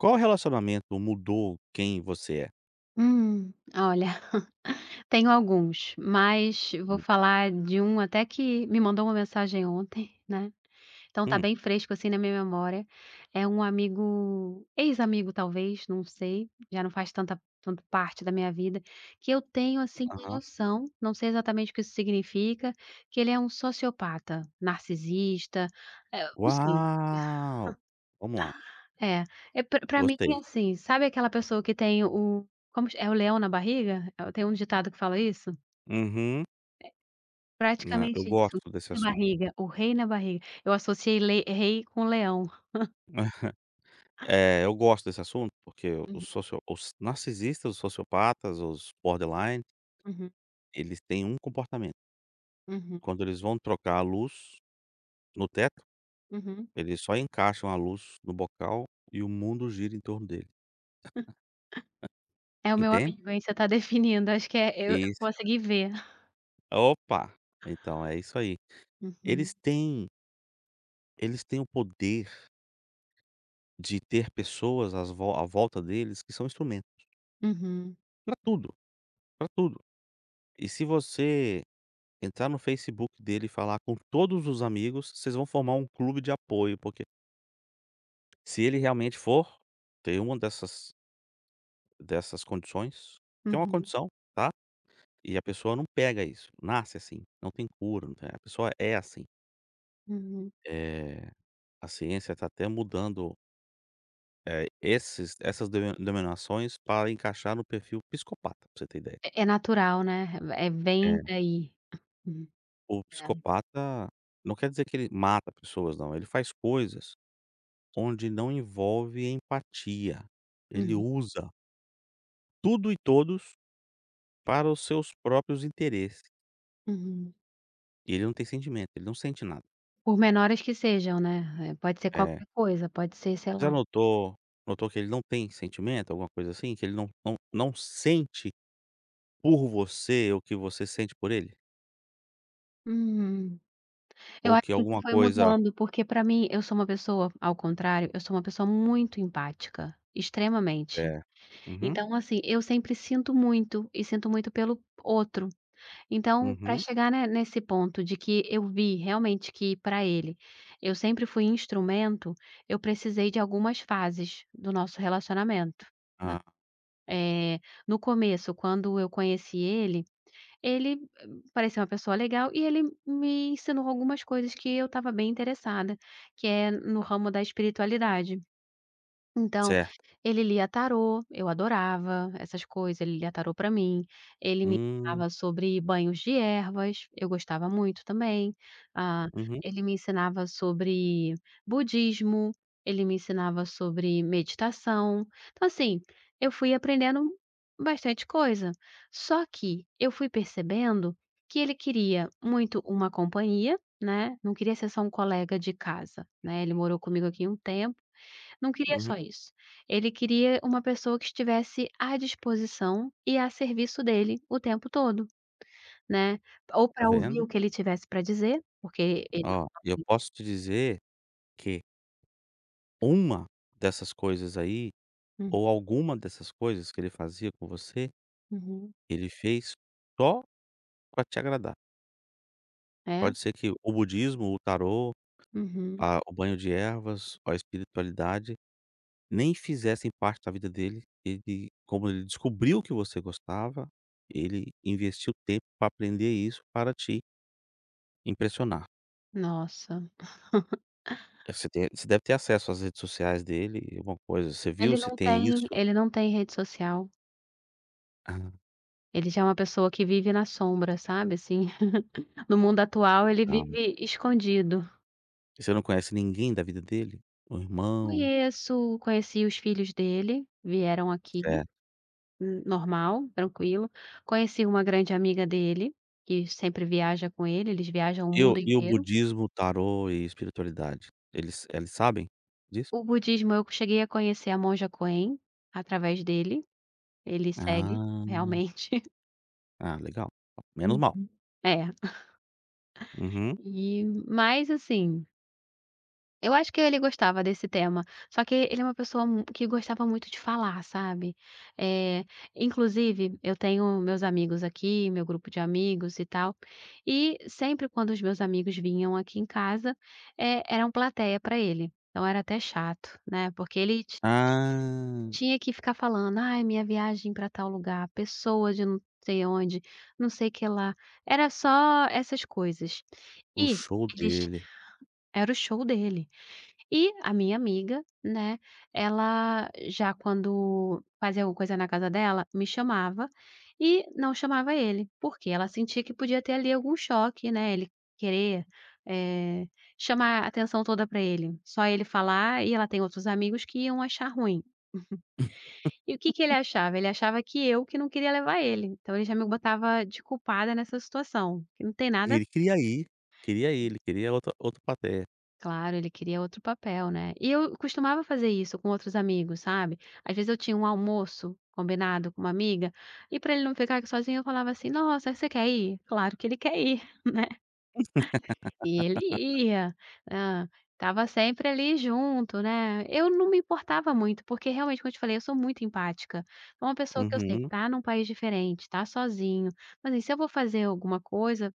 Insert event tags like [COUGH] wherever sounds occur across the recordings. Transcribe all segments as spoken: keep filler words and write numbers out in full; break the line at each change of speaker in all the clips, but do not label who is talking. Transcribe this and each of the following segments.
Qual relacionamento mudou quem você é?
Hum, olha, [LAUGHS] tenho alguns, mas vou
Hum,
falar de um até que me mandou uma mensagem ontem, né, então tá
hum,
bem fresco, assim, na minha memória. É um amigo ex-amigo talvez, não sei, já não faz tanta tanto parte da minha vida, que eu tenho, assim, uma
aham.
noção, não sei exatamente o que isso significa, que ele é um sociopata, narcisista, eh, não sei.
Uau! Vamos lá,
É, é pra pra mim é
gostei.
assim, sabe aquela pessoa que tem o como é o leão na barriga? Eu- Tem um ditado que fala isso?
Uhum. Né, eu
Praticamente isso,
gosto desse
na
assunto.
barriga, o rei na barriga. Eu associei le rei com leão.
[LAUGHS] É, eu gosto desse assunto, porque os
Uhum,
socio os narcisistas, os sociopatas, os borderline,
uhum,
eles têm um comportamento,
uhum,
quando eles vão trocar a luz no teto,
uhum.
eles só encaixam a luz no bocal e o mundo gira em torno dele,
É o meu
entende?
amigo, aí você tá [LAUGHS] definindo, acho que é eu eu
E
consegui ver.
Opa! Então é isso aí.
Uhum,
Eles têm eles têm o poder de ter pessoas às vo à volta deles que são instrumentos
uhum,
pra tudo, pra tudo. E se você entrar no Facebook dele e falar com todos os amigos, vocês vão formar um clube de apoio, porque se ele realmente for ter uma dessas dessas condições, que é uma
uhum,
condição, tá, e a pessoa não pega isso, nasce assim, não tem cura, não tem a pessoa é assim.
uhum.
Eh, a ciência está até mudando, eh, esses essas denominações para encaixar no perfil psicopata, pra você ter ideia.
É é natural, né, é vem daí. Uhum,
O
é.
psicopata não quer dizer que ele mata pessoas não, ele faz coisas onde não envolve empatia. Ele
Uhum,
usa tudo e todos para os seus próprios interesses.
uhum.
E ele não tem sentimento, ele não sente nada.
Por menores que sejam, né, eh, pode ser
É.
qualquer coisa, pode ser, sei lá.
Já notou notou que ele não tem sentimento, alguma coisa assim? Que ele não não não sente por você o que você sente por ele?
Uhum. Eu
Ou
acho
que
que isso
alguma
foi
coisa
mudando, porque para mim eu sou uma pessoa ao contrário, eu sou uma pessoa muito empática, extremamente.
é. Uhum,
Então, assim, eu sempre sinto muito e sinto muito pelo outro. Então, para
uhum.
chegar, né, nesse ponto de que eu vi realmente que para ele eu sempre fui instrumento, eu precisei de algumas fases do nosso relacionamento, né.
Ah,
Eh, no começo, quando eu conheci ele ele eh, parecia uma pessoa legal e ele me ensinou algumas coisas que eu estava bem interessada, que é no ramo da espiritualidade. Então,
certo.
ele lia tarô, eu adorava essas coisas, ele lia tarô para mim, ele me
Hum,
ensinava sobre banhos de ervas, eu gostava muito também, ah,
uhum,
ele me ensinava sobre budismo, ele me ensinava sobre meditação. Então assim, eu fui aprendendo bastante coisa, só que eu fui percebendo que ele queria muito uma companhia, né, não queria ser só um colega de casa, né, ele morou comigo aqui um tempo não queria
uhum.
só isso. Ele queria uma pessoa que estivesse à disposição e a serviço dele o tempo todo, né. Ou
Tá
para ouvir
vendo?
o que ele tivesse para dizer, porque ele
Ó, eu posso te dizer que uma dessas coisas aí,
Hum,
ou alguma dessas coisas que ele fazia com você,
uhum.
ele fez só pra te agradar.
É?
Pode ser que o budismo, o tarô,
Uhum.
a o banho de ervas, a espiritualidade, nem fizessem parte da vida dele, ele como ele descobriu que você gostava, ele investiu tempo para aprender isso para te impressionar.
Nossa.
Eh, Você tem, você deve ter acesso às redes sociais dele, alguma coisa, você
Ele
viu se
não
tem
tem
isso?
ele não tem rede social.
Ah,
Ele já é uma pessoa que vive na sombra, sabe, assim. [LAUGHS] No mundo atual ele
tá.
vive escondido.
Você não conhece ninguém da vida dele? O irmão,
Conheço, conheci os filhos dele, vieram aqui.
certo.
Hum, normal, tranquilo. Conheci uma grande amiga dele, que sempre viaja com ele, eles viajam o
E o
mundo Hum.
e o
inteiro.
budismo, tarô e espiritualidade, eles eles sabem disso?
O budismo eu cheguei a conhecer a monja Coen através dele, ele segue
Ah,
realmente.
ah, legal, menos mal.
[LAUGHS] É.
Uhum.
E mas assim eu acho que ele gostava desse tema, só que ele é uma pessoa mu que gostava muito de falar, sabe. Eh, inclusive eu tenho meus amigos aqui, meu grupo de amigos e tal, e sempre quando os meus amigos vinham aqui em casa, eh, eram plateia para ele, então era até chato, né, porque ele ti
Ah,
tinha que ficar falando: "Ai, minha viagem para tal lugar, pessoa de não sei onde, não sei que lá", era só essas coisas.
o
E
show
eles
dele.
era o show dele. E a minha amiga, né, ela já quando fazia alguma coisa na casa dela, me chamava e não chamava ele, porque ela sentia que podia ter ali algum choque, né, ele querer, eh, chamar a atenção toda para ele. Só ele falar e ela tem outros amigos que iam achar ruim. E o que que ele achava? Ele achava que eu que não queria levar ele, então ele já me botava de culpada nessa situação, que não tem nada
Ele queria ir, queria ir, ele queria outra outra plateia.
claro, ele queria outro papel, né. E eu costumava fazer isso com outros amigos, sabe. Às vezes eu tinha um almoço combinado com uma amiga, e para ele não ficar sozinho eu falava assim: "Nossa, você quer ir?". Claro que ele quer ir. E ele ia, hã, estava sempre ali junto, né. Eu não me importava muito, porque realmente, como eu te falei, eu sou muito empática. Então, uma pessoa que eu sei que
Uhum.
tá num país diferente, tá sozinho, mas assim, se eu vou fazer alguma coisa,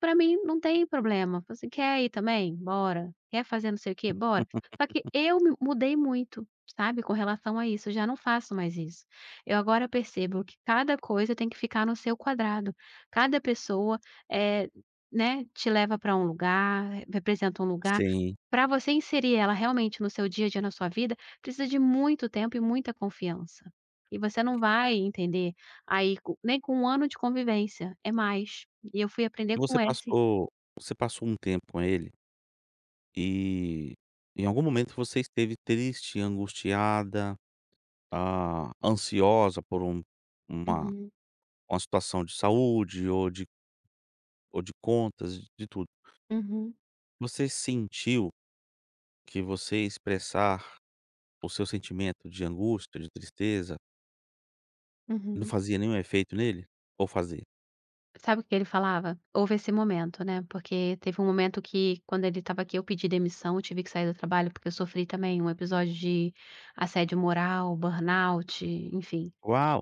pra mim não tem problema. Você quer ir também? Bora. Quer fazer não sei o quê? Bora.
[LAUGHS]
Só que eu me mudei muito, sabe, com relação a isso, eu já não faço mais isso. Eu agora percebo que cada coisa tem que ficar no seu quadrado. Cada pessoa, eh né, te leva para um lugar, representa um lugar.
Sim.
Para você inserir ela realmente no seu dia a dia, na sua vida, precisa de muito tempo e muita confiança. E você não vai entender aí co nem com um ano de convivência, é mais. E eu fui aprender
E
com
você
esse
passou você passou um tempo com ele e em algum momento você esteve triste, angustiada, ah, ansiosa por um uma
uhum,
uma situação de saúde ou de ou de contas, de tudo.
uhum,
Você sentiu que você expressar o seu sentimento de angústia, de tristeza, não
uhum.
fazia nenhum efeito nele? Ou fazia?
Sabe o que ele falava? Houve esse momento, né, porque teve um momento que quando ele estava aqui eu pedi demissão, eu tive que sair do trabalho, porque eu sofri também um episódio de assédio moral, burnout, enfim.
Uau!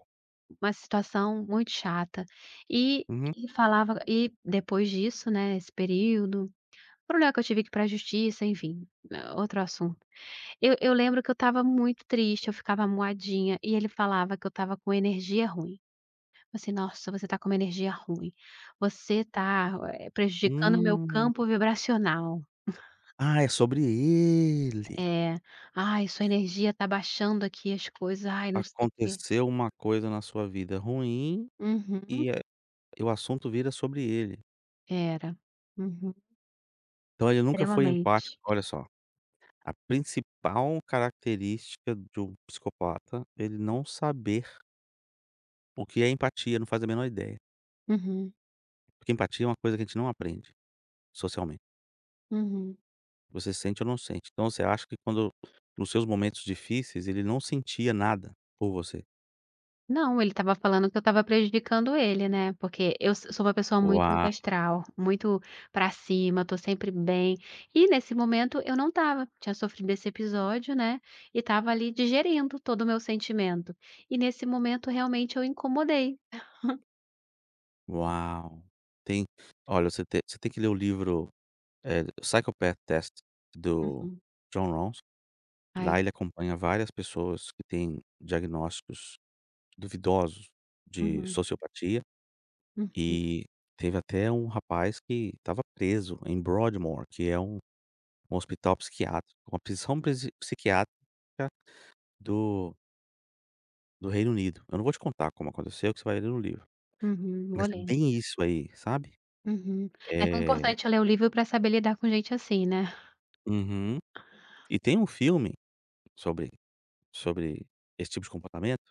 Uma situação muito chata. E
Uhum.
e falava e depois disso, né, esse período problema que eu tive que ir para a justiça, enfim, eh, outro assunto. Eu eu lembro que eu estava muito triste, eu ficava moadinha, e ele falava que eu estava com energia ruim. Assim: "Nossa, você tá com uma energia ruim. Você tá, eh, prejudicando o meu
Hum.
campo vibracional.
Ah, é sobre ele.
É. Ai, sua energia tá baixando aqui as coisas. Ai, não sei o quê".
Aconteceu uma coisa na sua vida ruim
Uhum.
e, eh, o assunto vira sobre ele.
Era. Uhum.
Então ele nunca foi empático,
Extremamente.
olha só, a principal característica de um psicopata, é ele não saber. O que é empatia? Não faz a menor ideia.
Uhum.
Porque empatia é uma coisa que a gente não aprende socialmente.
Uhum.
Você sente ou não sente. Então você acha que quando nos seus momentos difíceis, ele não sentia nada por você.
Não, ele estava falando que eu estava prejudicando ele, né, porque eu s sou uma pessoa muito alto
Ua
astral, muito pra cima, tô sempre bem, e nesse momento eu não estava, tinha sofrido esse episódio, né, e estava ali digerindo todo o meu sentimento. E nesse momento realmente eu incomodei.
uau! Tem olha, você tem você tem que ler o livro, eh, Psychopath Test do
Uhum.
John Ronson. Lá
Ai
ele acompanha várias pessoas que têm diagnósticos duvidosos de
uhum,
sociopatia,
uhum,
e teve até um rapaz que estava preso em Broadmoor, que é um um hospital psiquiátrico, uma prisão presi psiquiátrica do do Reino Unido. Eu não vou te contar como aconteceu, que você vai ler no livro,
uhum, vou
mas é
ler.
bem isso aí, sabe.
Uhum. É tão
Eh
importante eu ler o livro para saber lidar com gente assim, né.
uhum. E tem um filme sobre sobre esse tipo de comportamento,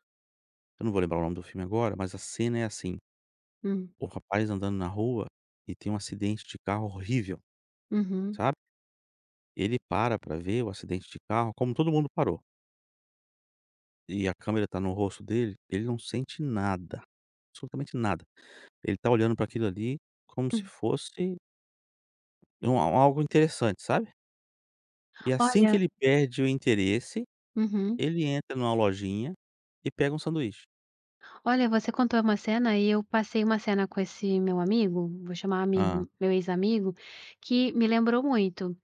eu não vou lembrar o nome do filme agora, mas a cena é assim,
Hum,
o rapaz andando na rua e tem um acidente de carro horrível,
uhum.
sabe. Ele para pra ver o acidente de carro, como todo mundo parou, e a câmera tá no rosto dele, ele não sente nada, absolutamente nada. Ele tá olhando pra aquilo ali como se fosse um al algo interessante, sabe. E assim que
Olha
ele perde o interesse,
uhum.
ele entra numa lojinha e pega um sanduíche.
Olha, você contou uma cena e eu passei uma cena com esse meu amigo, vou chamar
Hã.
amigo, meu ex-amigo, que me lembrou muito.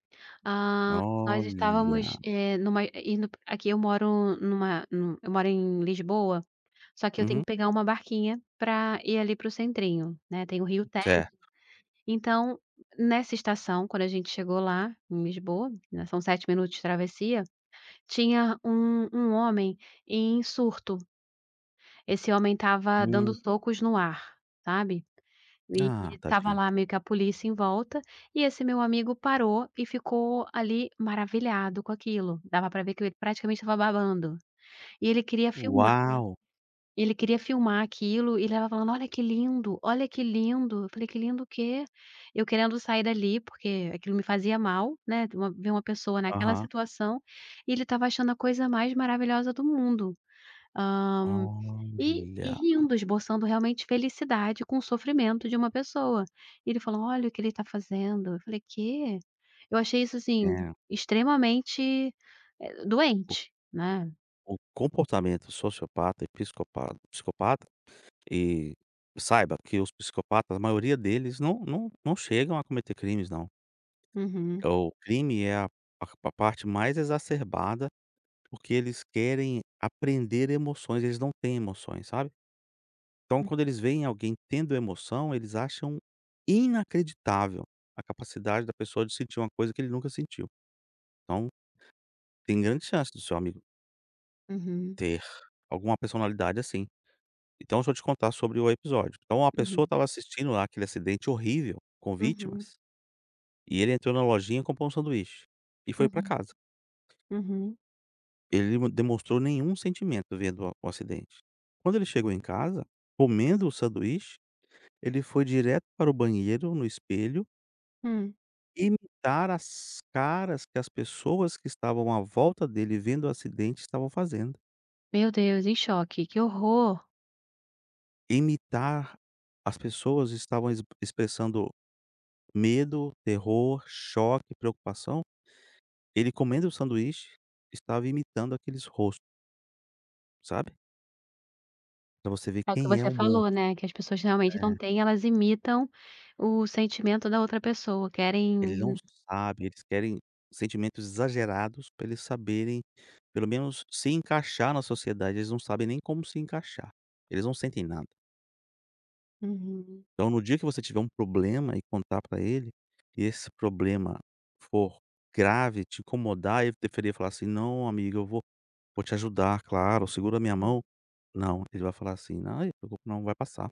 Ah, nós
Olha.
estávamos, eh, numa indo aqui eu moro numa num eu moro em Lisboa, só que eu tenho
Uhum.
que pegar uma barquinha para ir ali para o centrinho, né, tem o Rio Té
Certo.
então, nessa estação, quando a gente chegou lá em Lisboa, né, são sete minutos de travessia, tinha um um homem em surto. Esse homem estava dando
Hum.
socos no ar, sabe. E
Ah,
estava
tadinho.
lá meio que a polícia em volta, e esse meu amigo parou e ficou ali maravilhado com aquilo. Dava para ver que ele praticamente estava babando. E ele queria filmar
Uau!
ele queria filmar aquilo e ele estava falando: "Olha que lindo, olha que lindo". Eu falei: "Que lindo o quê?". Eu querendo sair dali, porque aquilo me fazia mal, né, ver uma ver uma pessoa naquela
Aham.
situação, e ele estava achando a coisa mais maravilhosa do mundo. Hã, e e
Olha.
rindo, esboçando realmente felicidade com o sofrimento de uma pessoa. E ele falou: "Olha o que ele está fazendo". Eu falei: que eu achei isso, assim,
É,
extremamente, eh,
o
doente, né.
o comportamento sociopata e psicopata psicopata, e saiba que os psicopatas, a maioria deles não não não chegam a cometer crimes não.
Uhum,
É. O crime é a a a parte mais exacerbada, porque eles querem aprender emoções, eles não têm emoções, sabe. Então quando eles veem alguém tendo emoção, eles acham inacreditável a capacidade da pessoa de sentir uma coisa que ele nunca sentiu. Então, tem grande chance do seu amigo
uhum,
ter alguma personalidade assim. Então deixa eu te contar sobre o episódio. Então uma pessoa
uhum,
estava assistindo lá aquele acidente horrível com
uhum,
vítimas, e ele entrou na lojinha e comprou um sanduíche, e foi para
uhum,
casa.
uhum.
Ele não demonstrou nenhum sentimento vendo o o acidente. Quando ele chegou em casa, comendo o sanduíche, ele foi direto para o banheiro, no espelho,
Hum.
imitar as caras que as pessoas que estavam à volta dele vendo o acidente estavam fazendo.
Meu Deus, em choque, que horror.
Imitar, as pessoas estavam ex expressando medo, terror, choque, preocupação. Ele comendo o sanduíche, estava imitando aqueles rostos, sabe. Pra você ver
É o que
quem é
você
o
falou,
monstro.
né, que as pessoas realmente não têm elas imitam o sentimento da outra pessoa,
Ele não
querem
sabe, eles querem sentimentos exagerados para eles saberem, pelo menos, se encaixar na sociedade, eles não sabem nem como se encaixar, eles não sentem nada.
uhum,
Então no dia que você tiver um problema e contar para ele, e esse problema for grave, te incomodar, ele deveria falar assim: "Não amigo, eu vou vou te ajudar, claro, segura minha
uhum.
mão". Não, ele vai falar assim: "Ai, não vai passar".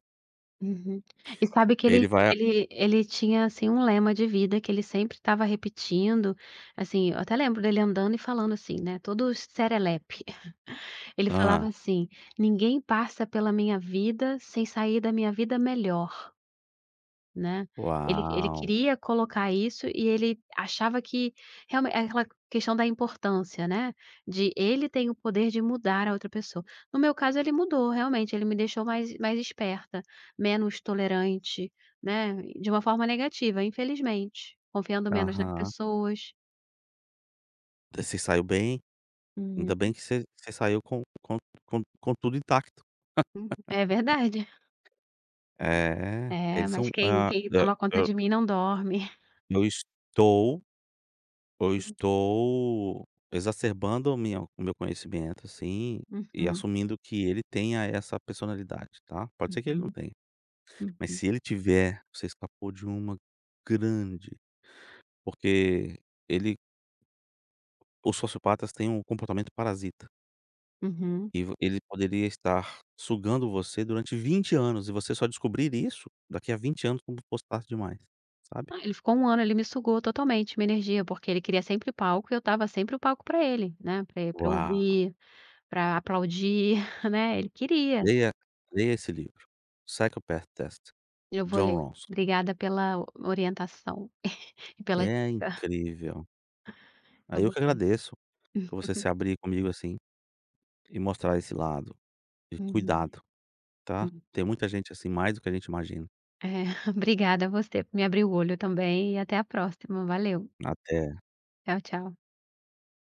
Uhum. E sabe que ele
Ele vai
ele ele tinha, assim, um lema de vida que ele sempre estava repetindo, assim, eu até lembro dele andando e falando assim, né, todo serelepe. [LAUGHS] Ele falava
ah,
assim: "Ninguém passa pela minha vida sem sair da minha vida melhor". Né. Ele ele
Uau.
queria colocar isso e ele achava que realmente aquela questão da importância, né, de ele tem o poder de mudar a outra pessoa. No meu caso ele mudou realmente, ele me deixou mais mais esperta, menos tolerante, né, de uma forma negativa, infelizmente, confiando menos nas
Aham.
pessoas.
Você saiu bem? Ainda
Uhum.
bem que você você saiu com com com com tudo intacto.
Hum, é verdade.
É,
É,
eles
mas
são
quem
ah,
quem
hã,
toma conta de mim não dorme.
eu estou eu estou exacerbando a minha o meu conhecimento, assim, e
Uhum,
assumindo que ele tenha essa personalidade, tá. Pode ser que ele não
uhum,
tenha, mas
uhum,
se ele tiver, você escapou de uma grande, porque ele os sociopatas têm um comportamento parasita.
uhum.
E vo ele poderia estar sugando você durante vinte anos e você só descobrir isso daqui a vinte anos quando fosse demais, sabe.
Ah, ele ficou um ano, ele me sugou totalmente, minha energia, porque ele queria sempre palco e eu estava sempre o palco para ele, né, para e
Uau!
ouvir, para aplaudir, [LAUGHS] né, ele queria.
Leia leia esse livro, Psychopath Test,
Eu vou
John
ler.
Ronson.
Obrigada pela orientação [LAUGHS] e pela
É
dica.
incrível.
Eu
Aí eu
vou
que
ler.
agradeço por você
[LAUGHS]
se abrir comigo, assim, e mostrar esse lado de
Uhum,
cuidado, tá.
hum.
Tem muita gente assim, mais do que a gente imagina.
É, [LAUGHS] obrigada a você por me abrir o olho também e até a próxima. Valeu.
Até.
Tchau, tchau.